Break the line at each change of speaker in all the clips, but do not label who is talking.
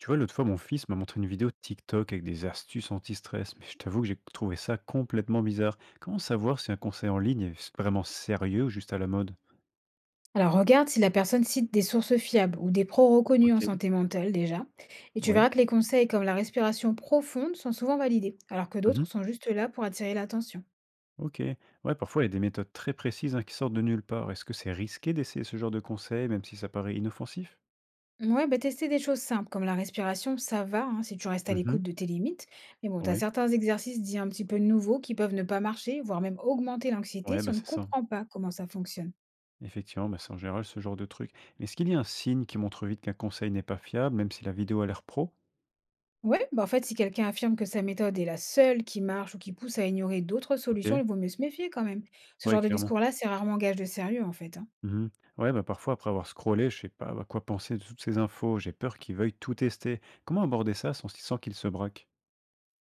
Tu vois, l'autre fois, mon fils m'a montré une vidéo TikTok avec des astuces anti-stress, mais je t'avoue que j'ai trouvé ça complètement bizarre. Comment savoir si un conseil en ligne est vraiment sérieux ou juste à la mode.
Alors regarde si la personne cite des sources fiables ou des pros reconnus en
Ok,
santé mentale déjà, et tu
ouais.
verras que les conseils comme la respiration profonde sont souvent validés, alors que
Mhm.
d'autres sont juste là pour attirer l'attention.
Ok. Ouais, parfois, il y a des méthodes très précises hein, qui sortent de nulle part. Est-ce que c'est risqué d'essayer ce genre de conseil, même si ça paraît inoffensif.
Ouais, bah tester des choses simples comme la respiration, ça va hein, si tu restes à
Mhm.
l'écoute de tes limites, mais bon, t'as
Ouais,
certains exercices dits un petit peu nouveaux qui peuvent ne pas marcher, voire même augmenter l'anxiété
ouais,
si
bah
on ne
c'est ça.
comprend pas comment ça fonctionne.
Effectivement, bah, c'est en général ce genre de truc. Mais est-ce qu'il y a un signe qui montre vite qu'un conseil n'est pas fiable, même si la vidéo a l'air pro.
Ouais, bah en fait, si quelqu'un affirme que sa méthode est la seule qui marche ou qui pousse à ignorer d'autres
Ok,
solutions, il vaut mieux se méfier quand même. Ce
ouais,
genre de
clairement.
discours-là, c'est rarement gage de sérieux en fait, hein.
Mmh. Ouais, bah, parfois, après avoir scrollé, je sais pas à quoi penser de toutes ces infos. J'ai peur qu'ils veuillent tout tester. Comment aborder ça sans qu'ils se braquent.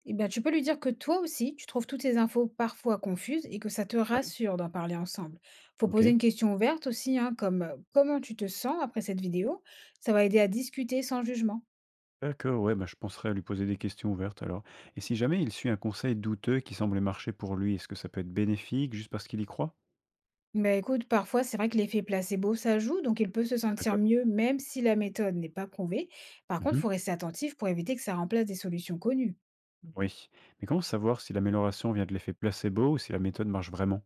Eh bien, tu peux lui dire que toi aussi, tu trouves toutes ces infos parfois confuses et que ça te
Ouais.
rassure d'en parler ensemble. Faut poser
OK.
une question ouverte aussi, hein, comme comment tu te sens après cette vidéo. Ça va aider à discuter sans jugement.
D'accord, ouais, bah, je penserai à lui poser des questions ouvertes alors. Et si jamais il suit un conseil douteux qui semblait marcher pour lui, est-ce que ça peut être bénéfique juste parce qu'il y croit?
Mais écoute, parfois, c'est vrai que l'effet placebo, ça joue, donc il peut se sentir
D'accord.
mieux même si la méthode n'est pas prouvée. Par contre, il
Mmh.
faut rester attentif pour éviter que ça remplace des solutions connues.
Oui. Mais comment savoir si l'amélioration vient de l'effet placebo ou si la méthode marche vraiment?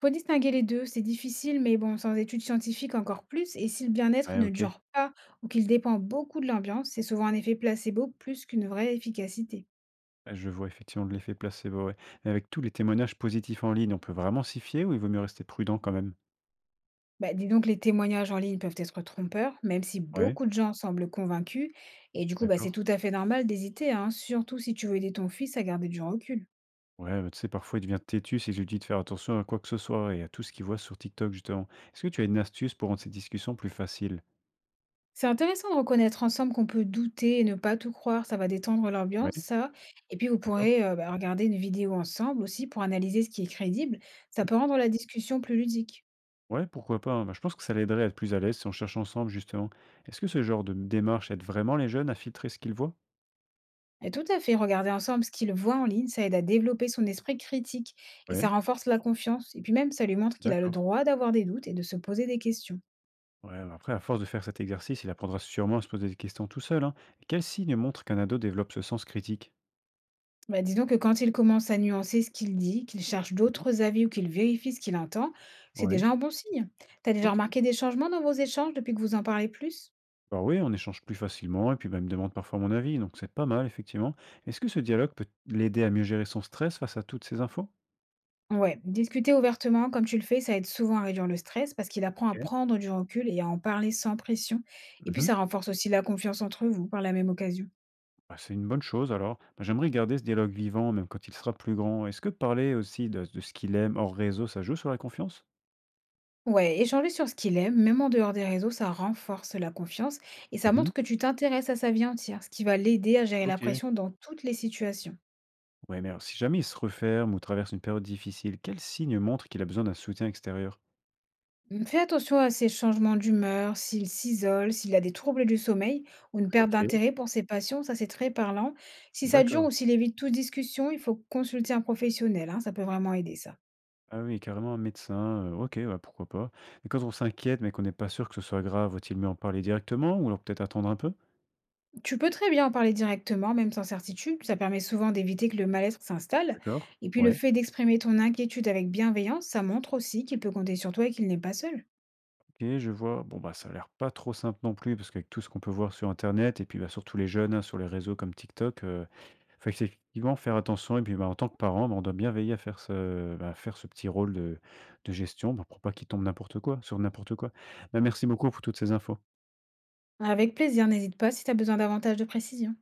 Faut distinguer les 2, c'est difficile, mais bon, sans études scientifiques encore plus, et si le bien-être
Ouais,
ne
OK.
dure pas ou qu'il dépend beaucoup de l'ambiance, c'est souvent un effet placebo plus qu'une vraie efficacité.
Ouais, je vois effectivement de l'effet placebo, ouais. Mais avec tous les témoignages positifs en ligne, on peut vraiment s'y fier ou il vaut mieux rester prudent quand même?
Bah, dis donc, les témoignages en ligne peuvent être trompeurs, même si
Ouais,
beaucoup de gens semblent convaincus, et du coup, bah, c'est
d'accord.
tout à fait normal d'hésiter, hein, surtout si tu veux aider ton fils à garder du recul.
Ouais, bah, tu sais, parfois, il devient têtu si je lui dis de faire attention à quoi que ce soit et à tout ce qu'il voit sur TikTok, justement. Est-ce que tu as une astuce pour rendre ces discussions plus faciles?
C'est intéressant de reconnaître ensemble qu'on peut douter et ne pas tout croire, ça va détendre l'ambiance,
Ouais,
ça. Et puis vous
d'accord.
pourrez bah, regarder une vidéo ensemble aussi pour analyser ce qui est crédible. Ça
Mhm.
peut rendre la discussion plus ludique.
Ouais, pourquoi pas? Hein. Bah, je pense que ça l'aiderait à être plus à l'aise si on cherche ensemble, justement. Est-ce que ce genre de démarche aide vraiment les jeunes à filtrer ce qu'ils voient?
Et tout à fait, regarder ensemble ce qu'il voit en ligne, ça aide à développer son esprit critique et
Ouais,
ça renforce la confiance. Et puis même, ça lui montre qu'il a le
d'accord.
droit d'avoir des doutes et de se poser des questions.
Ouais, bah, après, à force de faire cet exercice, il apprendra sûrement à se poser des questions tout seul, hein. Quel signe montre qu'un ado développe ce sens critique?
Bah, disons que quand il commence à nuancer ce qu'il dit, qu'il cherche
Mhm.
d'autres avis ou qu'il vérifie ce qu'il entend, c'est
Ouais,
déjà un bon signe. T'as déjà
ok.
remarqué des changements dans vos échanges depuis que vous en parlez plus?
Alors oui, on échange plus facilement et puis bah, il me demande parfois mon avis, donc c'est pas mal effectivement. Est-ce que ce dialogue peut l'aider à mieux gérer son stress face à toutes ces infos?
Ouais, discuter ouvertement comme tu le fais, ça aide souvent à réduire le stress parce qu'il apprend à
Ok.
prendre du recul et à en parler sans pression. Et puis
Mhm.
ça renforce aussi la confiance entre vous par la même occasion.
Bah, c'est une bonne chose alors. Bah, j'aimerais garder ce dialogue vivant même quand il sera plus grand. Est-ce que parler aussi de ce qu'il aime hors réseau, ça joue sur la confiance?
Ouais, échanger sur ce qu'il aime, même en dehors des réseaux, ça renforce la confiance et ça
Mhm.
montre que tu t'intéresses à sa vie entière, ce qui va l'aider à gérer la
Ok.
pression dans toutes les situations.
Ouais, mais alors, si jamais il se referme ou traverse une période difficile, quel signe montre qu'il a besoin d'un soutien extérieur?
Mm, fais attention à ses changements d'humeur, s'il s'isole, s'il a des troubles du sommeil ou une
Ok,
perte d'intérêt pour ses passions, ça c'est très parlant. Si ça dure
d'accord.
ou s'il évite toute discussion, il faut consulter un professionnel, hein, ça peut vraiment aider ça.
Ah oui, carrément un médecin, OK, ouais, pourquoi pas. Mais quand on s'inquiète, mais qu'on n'est pas sûr que ce soit grave, vaut-il mieux en parler directement ou alors peut-être attendre un peu?
Tu peux très bien en parler directement, même sans certitude, ça permet souvent d'éviter que le mal-être s'installe.
D'accord,
Et puis le
ouais,
fait d'exprimer ton inquiétude avec bienveillance, ça montre aussi qu'il peut compter sur toi et qu'il n'est pas seul.
OK, je vois. Bon, bah, ça a l'air pas trop simple non plus parce qu'avec tout ce qu'on peut voir sur internet et puis, bah, surtout les jeunes, hein, sur les réseaux comme TikTok, faut effectivement faire attention et puis, bah, en tant que parent, bah, on doit bien veiller à faire à faire ce petit rôle de gestion, bah, pour pas qu'ils tombent n'importe quoi sur n'importe quoi. Bah, merci beaucoup pour toutes ces infos.
Avec plaisir, n'hésite pas si tu as besoin davantage de précision.